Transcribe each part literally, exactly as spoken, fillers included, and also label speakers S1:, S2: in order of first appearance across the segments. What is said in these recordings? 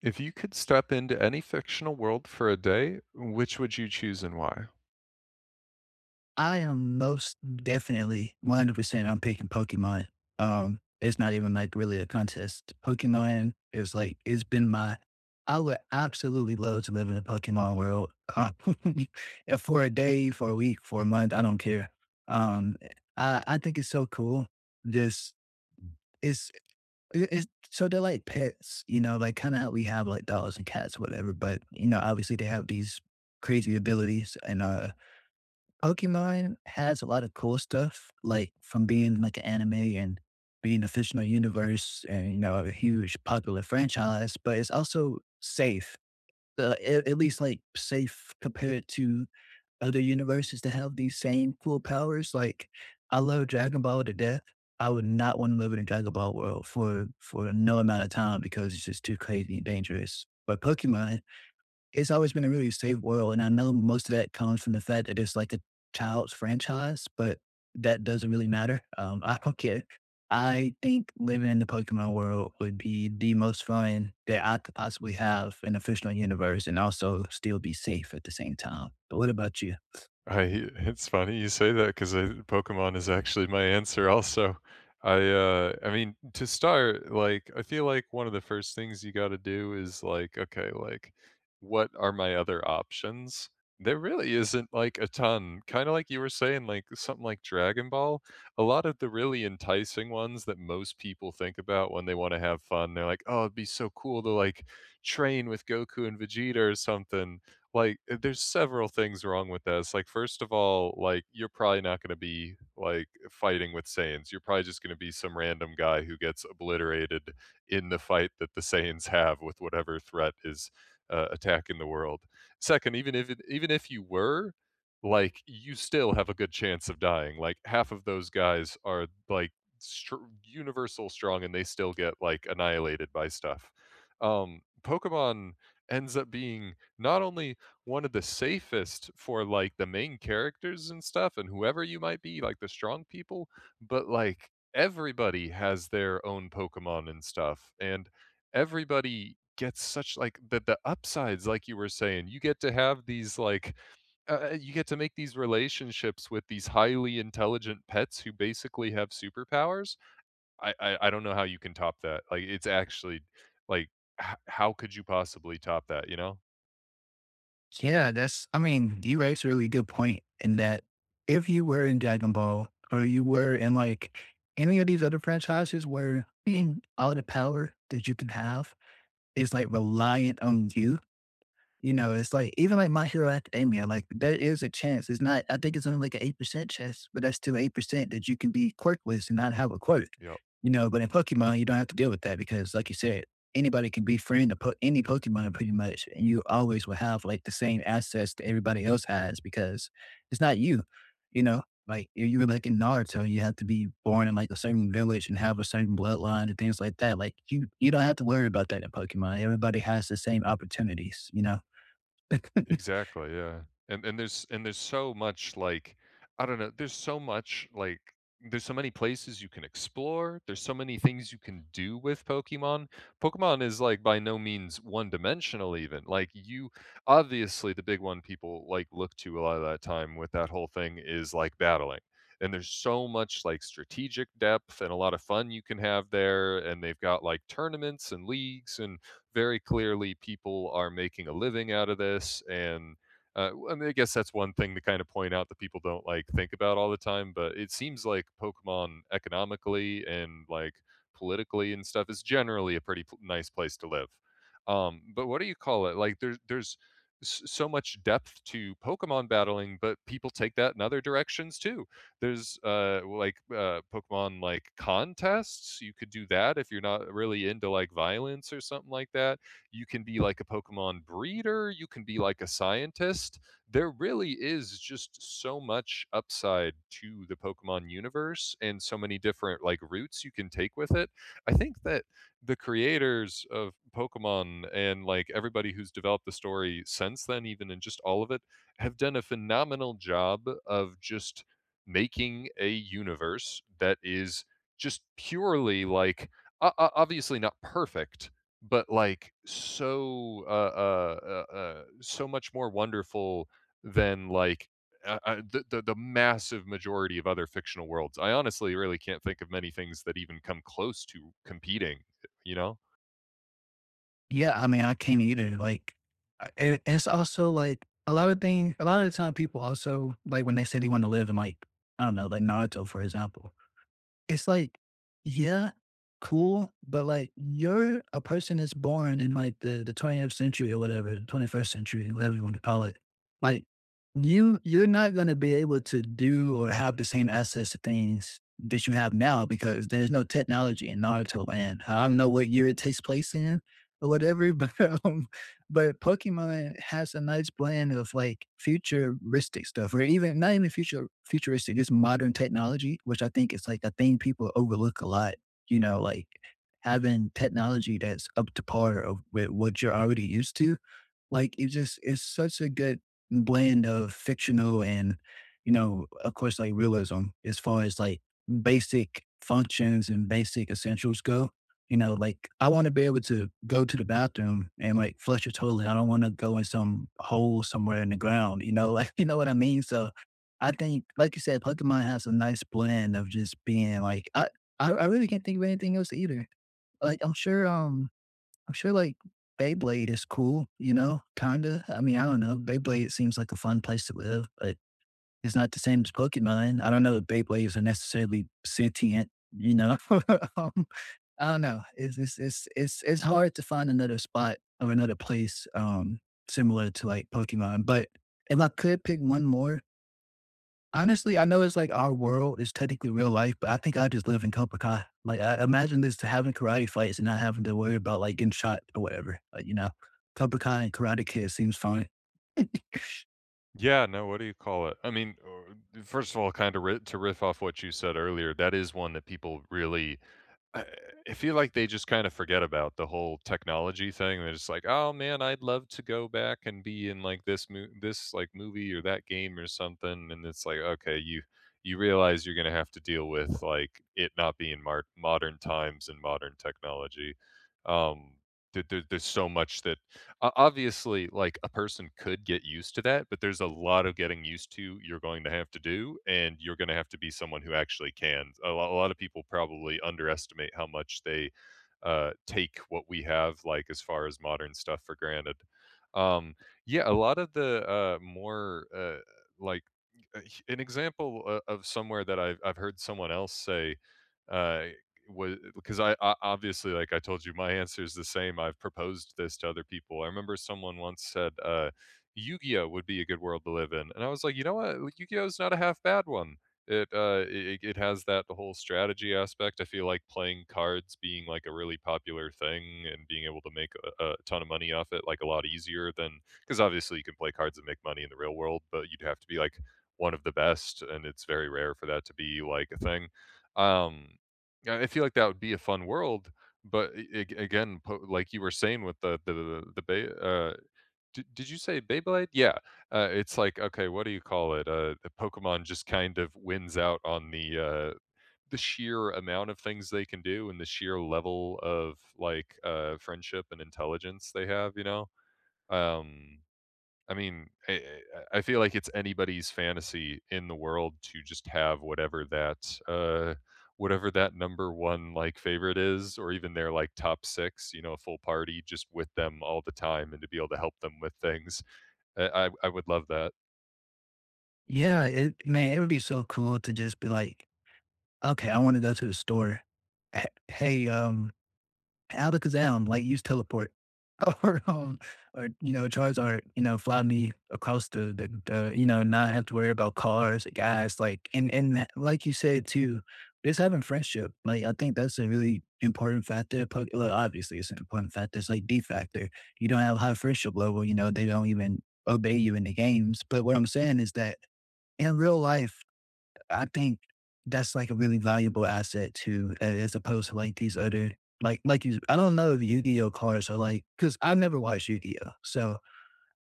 S1: If you could step into any fictional world for a day, which would you choose and why?
S2: I am most definitely one hundred percent I'm picking Pokemon. Um, it's not even like really a contest. Pokemon is like, it's been my, I would absolutely love to live in a Pokemon world. Uh, if for a day, for a week, for a month, I don't care. Um, I, I think it's so cool. Just, it's, it- it's, so they're like pets, you know, like kind of how we have like dogs and cats, or whatever. But, you know, obviously they have these crazy abilities and, uh, Pokemon has a lot of cool stuff, like from being like an anime and being a fictional universe and, you know, a huge popular franchise, but it's also safe. Uh, at, at least like safe compared to other universes that have these same cool powers. Like I love Dragon Ball to death. I would not want to live in a Dragon Ball world for for no amount of time because it's just too crazy and dangerous. But Pokemon it's always been a really safe world, and I know most of that comes from the fact that it's like a child's franchise, but that doesn't really matter. Um, I don't care. I think living in the Pokemon world would be the most fun that I could possibly have in a fictional universe and also still be safe at the same time. But what about you?
S1: I it's funny you say that because Pokemon is actually my answer also. I, uh I mean, to start, like, I feel like one of the first things you gotta do is, like, okay, like, what are my other options? There really isn't, like, a ton. Kinda like you were saying, like, something like Dragon Ball, a lot of the really enticing ones that most people think about when they wanna have fun, they're like, "Oh, it'd be so cool to, like, train with Goku and Vegeta or something." Like, eh, there's several things wrong with this. Like, first of all, like, you're probably not gonna be, like, fighting with Saiyans. You're probably just gonna be some random guy who gets obliterated in the fight that the Saiyans have with whatever threat is, uh, attacking the world. Second, even if it even if you were, like, you still have a good chance of dying. Like, half of those guys are, like, str universal strong, and they still get, like, annihilated by stuff. Um, Pokemon ends up being not only one of the safest for, like, the main characters and stuff and whoever you might be, like, the strong people, but, like, everybody has their own Pokemon and stuff, and everybody gets such, like, the the upsides, like you were saying, you get to have these, like, uh uh, you get to make these relationships with these highly intelligent pets who basically have superpowers. I I I don't know how you can top that. Like, it's actually like, h how could you possibly top that, you know?
S2: Yeah, that's, I mean, you raised a really good point in that if you were in Dragon Ball or you were in like any of these other franchises where all the power that you can have is like reliant on you you know, it's like even like My Hero Academia, like there is a chance. It's not I think it's only like an eight percent chance, but that's still eight percent that you can be quirkless and not have a quirk.
S1: Yeah.
S2: You know, but in Pokemon, you don't have to deal with that because like you said, anybody can befriend a po- any Pokemon pretty much, and you always will have like the same access that everybody else has because it's not you, you know? Like if you were like in Naruto, you have to be born in like a certain village and have a certain bloodline and things like that. Like you, you don't have to worry about that in Pokemon. Everybody has the same opportunities, you know.
S1: Exactly, yeah. And and there's and there's so much like, I don't know, there's so much like, there's so many places you can explore, there's so many things you can do with Pokemon. Pokemon is like by no means one-dimensional even. Like you Obviously, the big one people like look to a lot of that time with that whole thing is like battling. And there's so much like strategic depth and a lot of fun you can have there, and they've got like tournaments and leagues, and very clearly people are making a living out of this. And uh, I, mean, I guess that's one thing to kind of point out that people don't like think about all the time, but it seems like Pokemon economically and like politically and stuff is generally a pretty pl- nice place to live. Um but what do you call it, like, there's there's s- so much depth to Pokemon battling, but people take that in other directions too. There's uh like uh Pokemon like contests. You could do that if you're not really into like violence or something like that. You can be like a Pokemon breeder, you can be like a scientist. There really is just so much upside to the Pokemon universe and so many different like routes you can take with it. I think that the creators of Pokemon and like everybody who's developed the story since then, even, and just all of it, have done a phenomenal job of just making a universe that is just purely like, o- o- obviously not perfect, but like so uh, uh, uh, uh so much more wonderful than like, uh, uh, the, the the massive majority of other fictional worlds. I honestly really can't think of many things that even come close to competing, you know?
S2: Yeah, I mean, I can't either. Like, I- it, it's also like a lot of things. A lot of the time, people also like when they say they want to live in like I don't know, like Naruto, for example. It's like, yeah, cool, but, like, you're a person that's born in, like, the the twentieth century or whatever, the twenty-first century, whatever you want to call it. Like, you you're not gonna be able to do or have the same access to things that you have now because there's no technology in Naruto, and I don't know what year it takes place in or whatever, but, um but Pokemon has a nice blend of like futuristic stuff, or even not even future futuristic, just modern technology, which I think is like a thing people overlook a lot. You know, like having technology that's up to par of with what you're already used to like, it just it's such a good blend of fictional and, you know, of course, like, realism as far as, like, basic functions and basic essentials go. You know, like, I wanna be able to go to the bathroom and, like, flush a toilet. I don't wanna go in some hole somewhere in the ground, you know? Like, you know what I mean? So, I think, like you said, Pokemon has a nice blend of just being, like I I I really can't think of anything else either. Like, I'm sure, um I feel like Beyblade is cool, you know, kinda. I mean, I don't know. Beyblade seems like a fun place to live, but it's not the same as Pokemon. I don't know if Beyblades are necessarily sentient, you know? Um, I don't know. It's it's it's it's it's hard to find another spot or another place, um, similar to, like, Pokemon, but if I could pick one more honestly, I know it's like our world is technically real life, but I think I just live in Copaca. Like, I imagine this to having karate fights and not having to worry about like getting shot or whatever. Like, you know, Copaca and Karate Kid seems fine.
S1: Yeah, no, what do you call it? I mean, uh, first of all, kind of ri- to riff off what you said earlier, that is one that people really. I I feel like they just kinda forget about the whole technology thing. They're just like, "Oh, man, I'd love to go back and be in, like, this mo this, like, movie or that game or something," and it's like, "Okay, you you realize you're gonna have to deal with, like, it not being mar modern times and modern technology." Um, there there there's so much that O obviously, like, a person could get used to that, but there's a lot of getting used to you're going to have to do, and you're gonna have to be someone who actually can. A lot a lot of people probably underestimate how much they, uh, take what we have, like, as far as modern stuff for granted. Um, yeah, a lot of the, uh, more, uh, like, uh, h- an example o of somewhere that I've I've heard someone else say, uh was because I, I obviously like i told you my answer is the same. I've proposed this to other people. I remember someone once said uh Yu-Gi-Oh would be a good world to live in, and I was like, you know what, yu gi oh is not a half bad one. It uh it, it has that whole strategy aspect. I feel like playing cards being like a really popular thing and being able to make a, a ton of money off it, like, a lot easier than, because obviously you can play cards and make money in the real world, but you'd have to be like one of the best, and it's very rare for that to be like a thing. um yeah, I feel like that would be a fun world, but a ag again, po like you were saying, with the the the the Bey, uh, di did you say Beyblade? Yeah, uh, it's like, okay, what do you call it? Uh, the Pokemon just kind of wins out on the, uh, the sheer amount of things they can do, and the sheer level of, like, uh, friendship and intelligence they have, you know? Um I mean, I I I feel like it's anybody's fantasy in the world to just have whatever that, uh, whatever that number one, like, favorite is, or even their, like, top six, you know, a full party just with them all the time, and to be able to help them with things. I I I would love that.
S2: Yeah, it, man, it would be so cool to just be like, okay, I want to go to the store. H- Hey, um, Alakazam, like use teleport, or um, or you know Charizard, you know fly me across the, the the you know not have to worry about cars, guys. Like and and like you said too, just having friendship. Like I think that's a really important factor. Po- Well, obviously it's an important factor. It's like D factor. You don't have high friendship level, you know they don't even obey you in the games. But what I'm saying is that in real life, I think that's like a really valuable asset too, a- as opposed to like these other like like you. I don't know if Yu-Gi-Oh cards are like because I've never watched Yu-Gi-Oh. So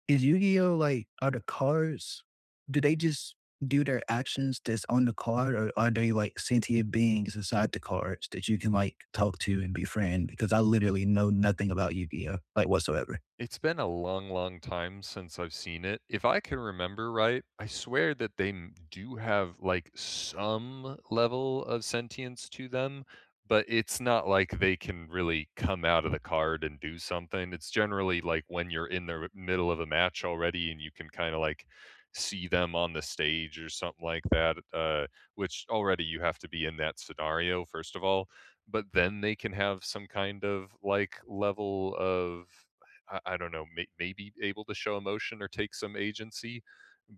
S2: is Yu-Gi-Oh like are the cards? Do they just do their actions that's on the card, or are they like sentient beings inside the cards that you can like talk to and befriend? Because I literally know nothing about Yu-Gi-Oh like whatsoever.
S1: It's been a long, long time since I've seen it. If I can remember right, I swear that they m do have, like, some level of sentience to them, but it's not like they can really come out of the card and do something. It's generally, like, when you're in the middle of a match already and you can kinda, like, see them on the stage or something like that, uh, which already you have to be in that scenario, first of all, but then they can have some kind of, like, level of, I, I don't know, may, maybe able to show emotion or take some agency.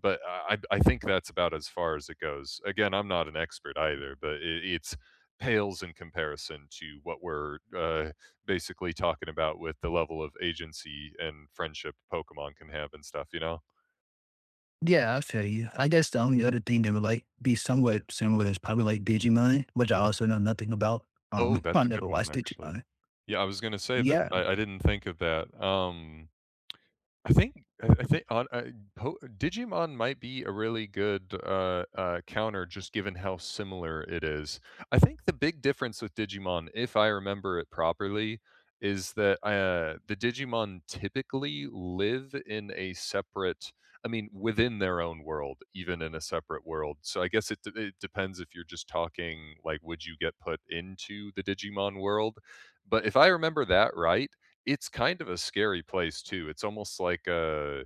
S1: But I, I think that's about as far as it goes. Again, I'm not an expert either, but it, it's pales in comparison to what we're uh, basically talking about, with the level of agency and friendship Pokemon can have and stuff, you know?
S2: Yeah, I feel you. I guess the only other thing that would like be somewhat similar is probably like Digimon, which I also know nothing about.
S1: Oh,
S2: Um, I
S1: that's a good
S2: never
S1: one,
S2: watched
S1: actually.
S2: Digimon.
S1: Yeah, I was going to say that
S2: Yeah,
S1: I, I didn't think of that. Um, I think I I think on uh, po Digimon might be a really good, uh, uh, counter, just given how similar it is. I think the big difference with Digimon, if I remember it properly, is that, uh, the Digimon typically live in a separate, I mean, within their own world, even in a separate world. So I guess it d it depends if you're just talking, like, would you get put into the Digimon world? But if I remember that right, it's kind of a scary place too. It's almost like a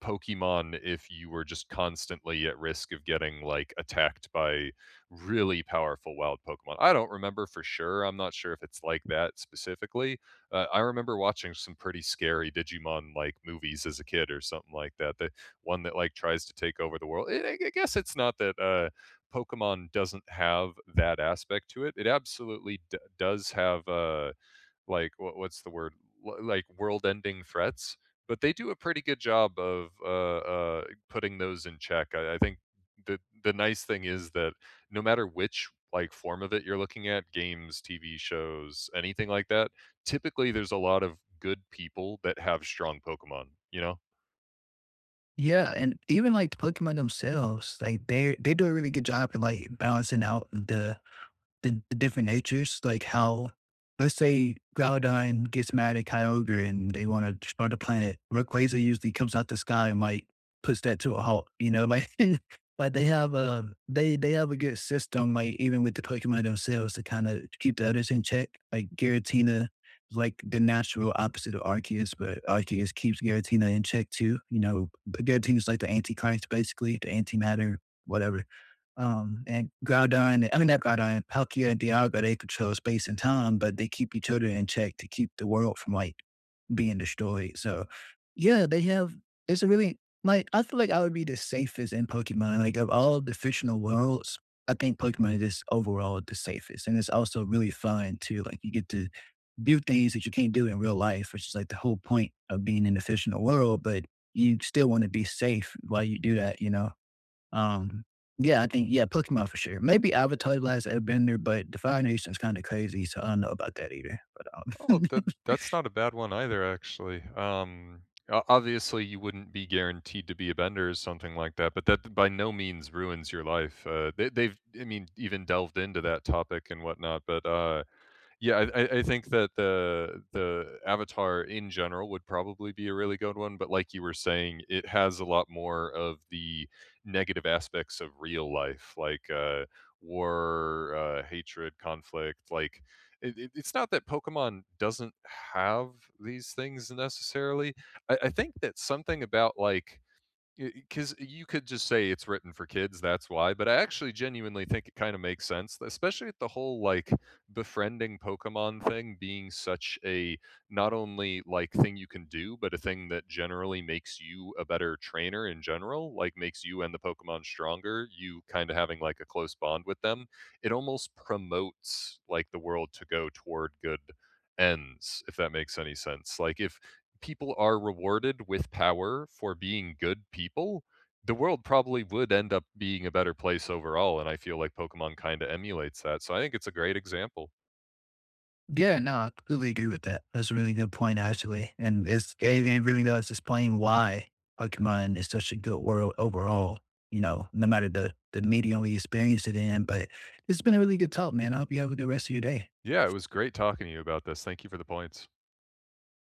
S1: Pokemon if you were just constantly at risk of getting, like, attacked by really powerful wild Pokemon. I don't remember for sure, I'm not sure if it's like that specifically. Uh, I remember watching some pretty scary Digimon, like, movies as a kid or something like that. The one that, like, tries to take over the world. I I guess it's not that, uh, Pokemon doesn't have that aspect to it. It absolutely d does have, uh like what what's the word L- like world-ending threats, but they do a pretty good job of uh, uh, putting those in check. I, I think the the nice thing is that no matter which like form of it you're looking at, games, T V shows, anything like that, typically there's a lot of good people that have strong Pokemon, you know.
S2: yeah, and even like the Pokemon themselves, like they they do a really good job in like balancing out the the, the different natures, like how, let's say Groudon gets mad at Kyogre and they want to destroy the planet. Rayquaza usually comes out the sky and like puts that to a halt. You know, like like they have a they they have a good system, like even with the Pokemon themselves to kind of keep the others in check. Like Giratina is like the natural opposite of Arceus, but Arceus keeps Giratina in check too. You know, Giratina's like the anti antichrist basically, the antimatter, whatever. Um, and Groudon, I mean not Groudon, Palkia and Dialga, they control space and time, but they keep each other in check to keep the world from like being destroyed. So yeah, they have. It's a really like I feel like I would be the safest in Pokemon. Like of all the fictional worlds, I think Pokemon is just overall the safest, and it's also really fun too. Like you get to do things that you can't do in real life, which is like the whole point of being in the fictional world. But you still want to be safe while you do that, you know. Um, yeah, I think yeah, Pokemon for sure. Maybe Avatar: Last Airbender, but Defy Nation's kind of crazy, so I don't know about that either. But
S1: Oh,
S2: um,
S1: that that's not a bad one either, actually. Um, o- obviously, you wouldn't be guaranteed to be a bender or something like that, but that by no means ruins your life. Uh, they, they've, I mean, even delved into that topic and whatnot, but uh, yeah, I I I think that the the Avatar in general would probably be a really good one, but like you were saying, it has a lot more of the negative aspects of real life, like, uh, war, uh, hatred, conflict, like, it it it's not that Pokemon doesn't have these things necessarily. I I think that something about, like, because you could just say it's written for kids, that's why. But I actually genuinely think it kind of makes sense, especially with the whole like befriending Pokemon thing being such a, not only like thing you can do, but a thing that generally makes you a better trainer in general, like, makes you and the Pokemon stronger, you kind of having like a close bond with them. It almost promotes like the world to go toward good ends, if that makes any sense. Like, if people are rewarded with power for being good people, the world probably would end up being a better place overall. And I feel like Pokemon kind of emulates that. So I think it's a great example.
S2: yeah, no, I completely agree with that. That's a really good point, actually, and it's it it really does explain why Pokemon is such a good world overall. You know, no matter the the medium we experience it in, but it's been a really good talk, man. I hope you have a good rest of your day.
S1: Yeah, it was great talking to you about this. Thank you for the points.